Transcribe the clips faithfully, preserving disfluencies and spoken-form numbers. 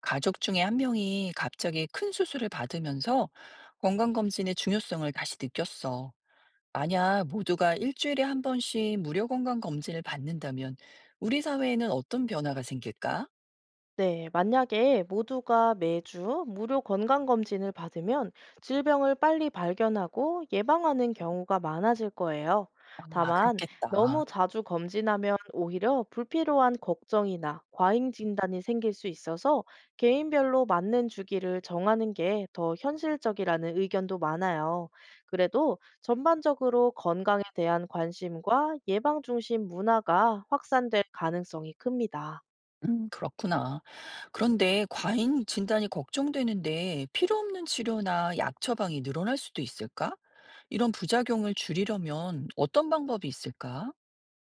가족 중에 한 명이 갑자기 큰 수술을 받으면서 건강검진의 중요성을 다시 느꼈어. 만약 모두가 일주일에 한 번씩 무료 건강검진을 받는다면 우리 사회에는 어떤 변화가 생길까? 네, 만약에 모두가 매주 무료 건강검진을 받으면 질병을 빨리 발견하고 예방하는 경우가 많아질 거예요. 아, 다만, 너무 그렇겠다. 자주 검진하면 오히려 불필요한 걱정이나 과잉 진단이 생길 수 있어서 개인별로 맞는 주기를 정하는 게 더 현실적이라는 의견도 많아요. 그래도 전반적으로 건강에 대한 관심과 예방 중심 문화가 확산될 가능성이 큽니다. 음, 그렇구나. 그런데 과잉 진단이 걱정되는데 필요 없는 치료나 약 처방이 늘어날 수도 있을까? 이런 부작용을 줄이려면 어떤 방법이 있을까?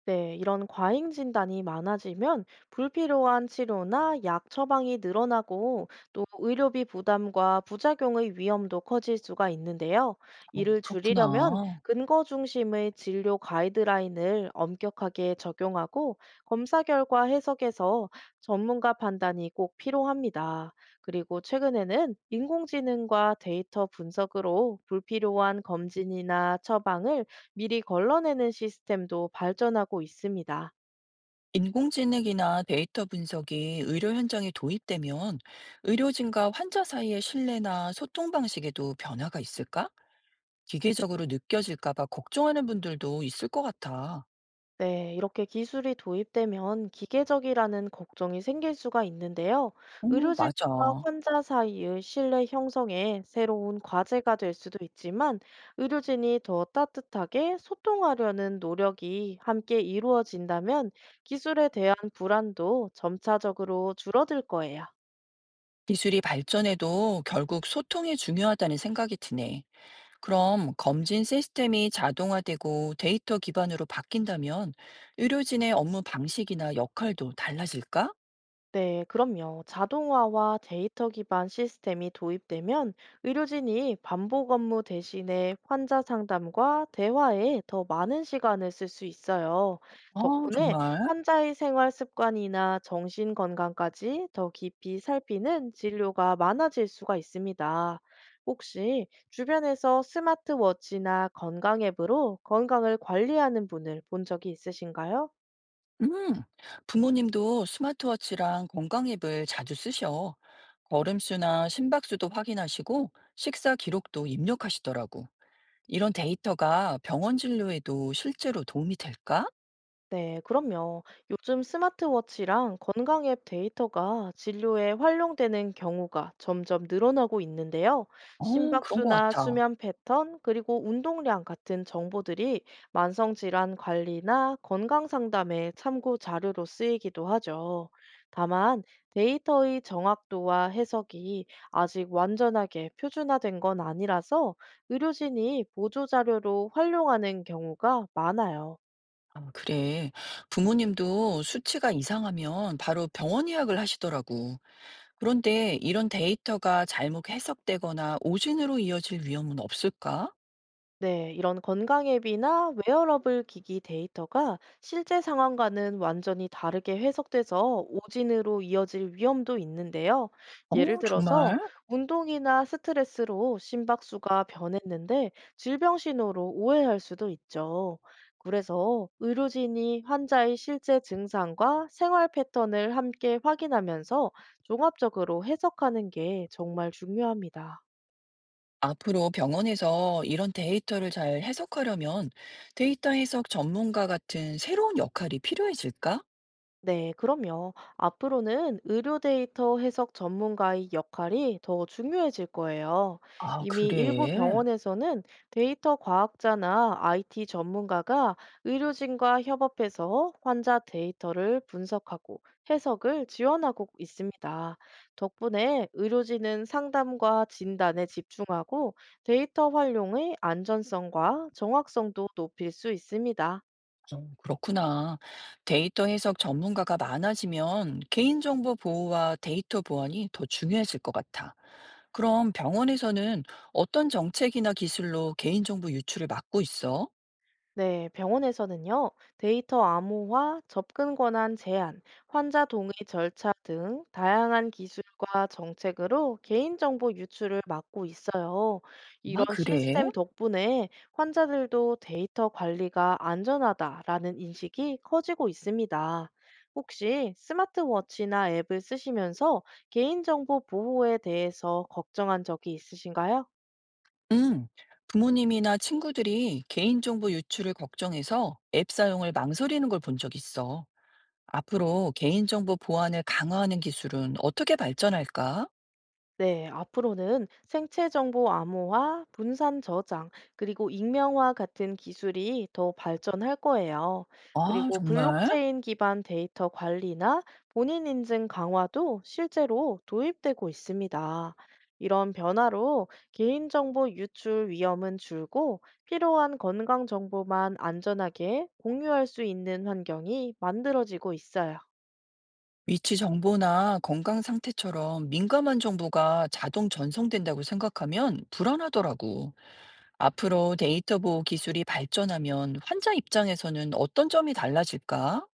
네, 이런 과잉 진단이 많아지면 불필요한 치료나 약 처방이 늘어나고 또 의료비 부담과 부작용의 위험도 커질 수가 있는데요. 어, 이를 줄이려면 그렇구나. 근거 중심의 진료 가이드라인을 엄격하게 적용하고 검사 결과 해석에서 전문가 판단이 꼭 필요합니다. 그리고 최근에는 인공지능과 데이터 분석으로 불필요한 검진이나 처방을 미리 걸러내는 시스템도 발전하고 있습니다. 인공지능이나 데이터 분석이 의료 현장에 도입되면 의료진과 환자 사이의 신뢰나 소통 방식에도 변화가 있을까? 기계적으로 느껴질까봐 걱정하는 분들도 있을 것 같아. 네, 이렇게 기술이 도입되면 기계적이라는 걱정이 생길 수가 있는데요. 어, 의료진과 맞아. 환자 사이의 신뢰 형성에 새로운 과제가 될 수도 있지만, 의료진이 더 따뜻하게 소통하려는 노력이 함께 이루어진다면 기술에 대한 불안도 점차적으로 줄어들 거예요. 기술이 발전해도 결국 소통이 중요하다는 생각이 드네. 그럼 검진 시스템이 자동화되고 데이터 기반으로 바뀐다면 의료진의 업무 방식이나 역할도 달라질까? 네, 그럼요. 자동화와 데이터 기반 시스템이 도입되면 의료진이 반복 업무 대신에 환자 상담과 대화에 더 많은 시간을 쓸 수 있어요. 아, 덕분에 정말. 환자의 생활 습관이나 정신 건강까지 더 깊이 살피는 진료가 많아질 수가 있습니다. 혹시 주변에서 스마트워치나 건강 앱으로 건강을 관리하는 분을 본 적이 있으신가요? 음, 부모님도 스마트워치랑 건강앱을 자주 쓰셔. 걸음수나 심박수도 확인하시고 식사 기록도 입력하시더라고. 이런 데이터가 병원 진료에도 실제로 도움이 될까? 네, 그럼요. 요즘 스마트워치랑 건강 앱 데이터가 진료에 활용되는 경우가 점점 늘어나고 있는데요. 어, 그런 것 심박수나 같아. 수면 패턴, 그리고 운동량 같은 정보들이 만성질환 관리나 건강 상담의 참고 자료로 쓰이기도 하죠. 다만, 데이터의 정확도와 해석이 아직 완전하게 표준화된 건 아니라서 의료진이 보조 자료로 활용하는 경우가 많아요. 아, 그래. 부모님도 수치가 이상하면 바로 병원 예약을 하시더라고. 그런데 이런 데이터가 잘못 해석되거나 오진으로 이어질 위험은 없을까? 네, 이런 건강 앱이나 웨어러블 기기 데이터가 실제 상황과는 완전히 다르게 해석돼서 오진으로 이어질 위험도 있는데요. 예를 어, 들어서 정말? 운동이나 스트레스로 심박수가 변했는데 질병 신호로 오해할 수도 있죠. 그래서 의료진이 환자의 실제 증상과 생활 패턴을 함께 확인하면서 종합적으로 해석하는 게 정말 중요합니다. 앞으로 병원에서 이런 데이터를 잘 해석하려면 데이터 해석 전문가 같은 새로운 역할이 필요해질까? 네, 그럼요. 앞으로는 의료 데이터 해석 전문가의 역할이 더 중요해질 거예요. 아, 이미 일부 그래. 병원에서는 데이터 과학자나 아이티 전문가가 의료진과 협업해서 환자 데이터를 분석하고 해석을 지원하고 있습니다. 덕분에 의료진은 상담과 진단에 집중하고 데이터 활용의 안전성과 정확성도 높일 수 있습니다. 어, 그렇구나. 데이터 해석 전문가가 많아지면 개인정보 보호와 데이터 보안이 더 중요해질 것 같아. 그럼 병원에서는 어떤 정책이나 기술로 개인정보 유출을 막고 있어? 네, 병원에서는요, 데이터 암호화, 접근 권한 제한, 환자 동의 절차 등 다양한 기술과 정책으로 개인정보 유출을 막고 있어요. 이런 아, 그래? 시스템 덕분에 환자들도 데이터 관리가 안전하다라는 인식이 커지고 있습니다. 혹시 스마트워치나 앱을 쓰시면서 개인정보 보호에 대해서 걱정한 적이 있으신가요? 응. 부모님이나 친구들이 개인정보 유출을 걱정해서 앱 사용을 망설이는 걸 본 적 있어. 앞으로 개인정보 보안을 강화하는 기술은 어떻게 발전할까? 네, 앞으로는 생체 정보 암호화, 분산 저장, 그리고 익명화 같은 기술이 더 발전할 거예요. 아, 그리고 정말? 블록체인 기반 데이터 관리나 본인 인증 강화도 실제로 도입되고 있습니다. 이런 변화로 개인정보 유출 위험은 줄고 필요한 건강 정보만 안전하게 공유할 수 있는 환경이 만들어지고 있어요. 위치 정보나 건강 상태처럼 민감한 정보가 자동 전송된다고 생각하면 불안하더라고. 앞으로 데이터 보호 기술이 발전하면 환자 입장에서는 어떤 점이 달라질까?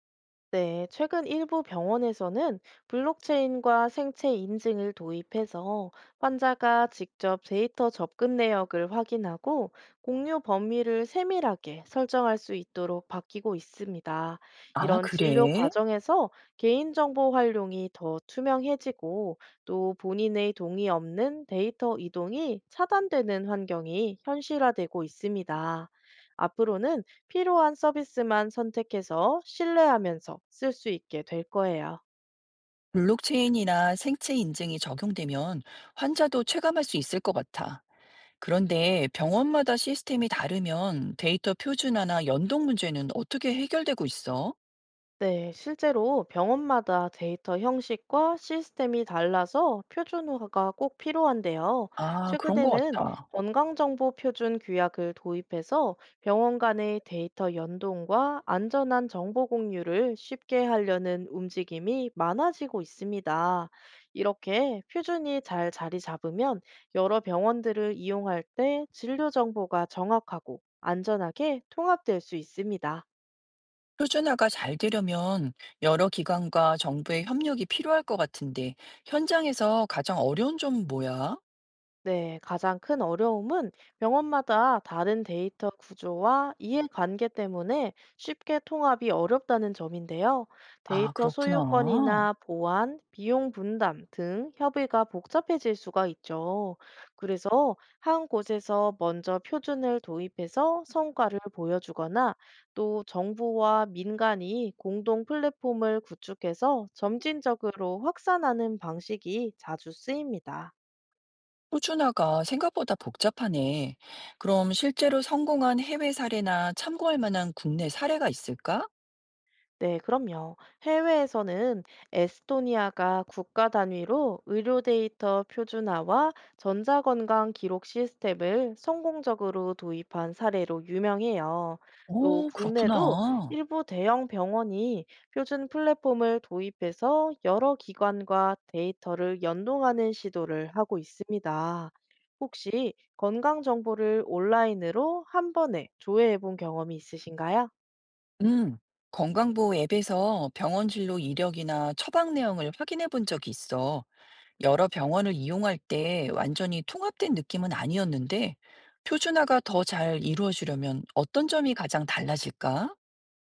네, 최근 일부 병원에서는 블록체인과 생체 인증을 도입해서 환자가 직접 데이터 접근 내역을 확인하고 공유 범위를 세밀하게 설정할 수 있도록 바뀌고 있습니다. 아, 이런 진료 그래? 과정에서 개인정보 활용이 더 투명해지고 또 본인의 동의 없는 데이터 이동이 차단되는 환경이 현실화되고 있습니다. 앞으로는 필요한 서비스만 선택해서 신뢰하면서 쓸 수 있게 될 거예요. 블록체인이나 생체 인증이 적용되면 환자도 체감할 수 있을 것 같아. 그런데 병원마다 시스템이 다르면 데이터 표준화나 연동 문제는 어떻게 해결되고 있어? 네, 실제로 병원마다 데이터 형식과 시스템이 달라서 표준화가 꼭 필요한데요. 아, 그런 것 최근에는 같아. 건강정보 표준 규약을 도입해서 병원 간의 데이터 연동과 안전한 정보 공유를 쉽게 하려는 움직임이 많아지고 있습니다. 이렇게 표준이 잘 자리 잡으면 여러 병원들을 이용할 때 진료 정보가 정확하고 안전하게 통합될 수 있습니다. 표준화가 잘 되려면 여러 기관과 정부의 협력이 필요할 것 같은데, 현장에서 가장 어려운 점은 뭐야? 네, 가장 큰 어려움은 병원마다 다른 데이터 구조와 이해관계 때문에 쉽게 통합이 어렵다는 점인데요. 아, 데이터 그렇구나. 소유권이나 보안, 비용 분담 등 협의가 복잡해질 수가 있죠. 그래서 한 곳에서 먼저 표준을 도입해서 성과를 보여주거나 또 정부와 민간이 공동 플랫폼을 구축해서 점진적으로 확산하는 방식이 자주 쓰입니다. 표준화가 생각보다 복잡하네. 그럼 실제로 성공한 해외 사례나 참고할 만한 국내 사례가 있을까? 네, 그럼요. 해외에서는 에스토니아가 국가 단위로 의료 데이터 표준화와 전자건강 기록 시스템을 성공적으로 도입한 사례로 유명해요. 또 오, 국내도 그렇구나. 일부 대형 병원이 표준 플랫폼을 도입해서 여러 기관과 데이터를 연동하는 시도를 하고 있습니다. 혹시 건강 정보를 온라인으로 한 번에 조회해 본 경험이 있으신가요? 음, 건강보호 앱에서 병원 진료 이력이나 처방 내용을 확인해 본 적이 있어. 여러 병원을 이용할 때 완전히 통합된 느낌은 아니었는데, 표준화가 더 잘 이루어지려면 어떤 점이 가장 달라질까?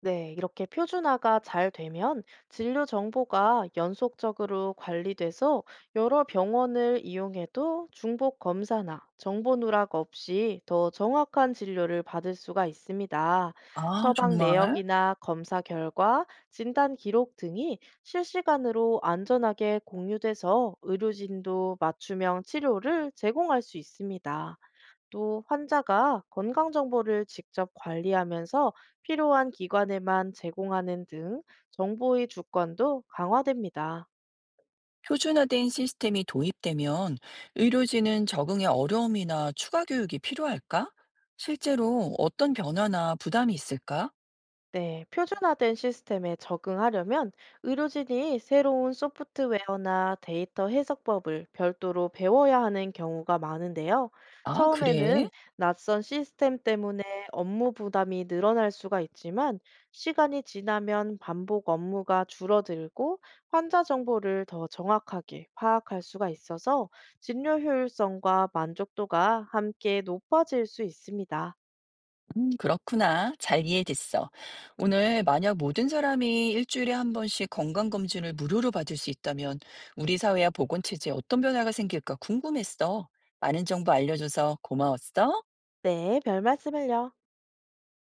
네, 이렇게 표준화가 잘 되면 진료 정보가 연속적으로 관리돼서 여러 병원을 이용해도 중복 검사나 정보 누락 없이 더 정확한 진료를 받을 수가 있습니다. 아, 처방 정말? 내역이나 검사 결과, 진단 기록 등이 실시간으로 안전하게 공유돼서 의료진도 맞춤형 치료를 제공할 수 있습니다. 또 환자가 건강 정보를 직접 관리하면서 필요한 기관에만 제공하는 등 정보의 주권도 강화됩니다. 표준화된 시스템이 도입되면 의료진은 적응에 어려움이나 추가 교육이 필요할까? 실제로 어떤 변화나 부담이 있을까? 네, 표준화된 시스템에 적응하려면 의료진이 새로운 소프트웨어나 데이터 해석법을 별도로 배워야 하는 경우가 많은데요. 아, 그래. 처음에는 낯선 시스템 때문에 업무 부담이 늘어날 수가 있지만 시간이 지나면 반복 업무가 줄어들고 환자 정보를 더 정확하게 파악할 수가 있어서 진료 효율성과 만족도가 함께 높아질 수 있습니다. 음, 그렇구나. 잘 이해됐어. 오늘 만약 모든 사람이 일주일에 한 번씩 건강검진을 무료로 받을 수 있다면 우리 사회와 보건체제에 어떤 변화가 생길까 궁금했어. 많은 정보 알려줘서 고마웠어. 네, 별 말씀을요.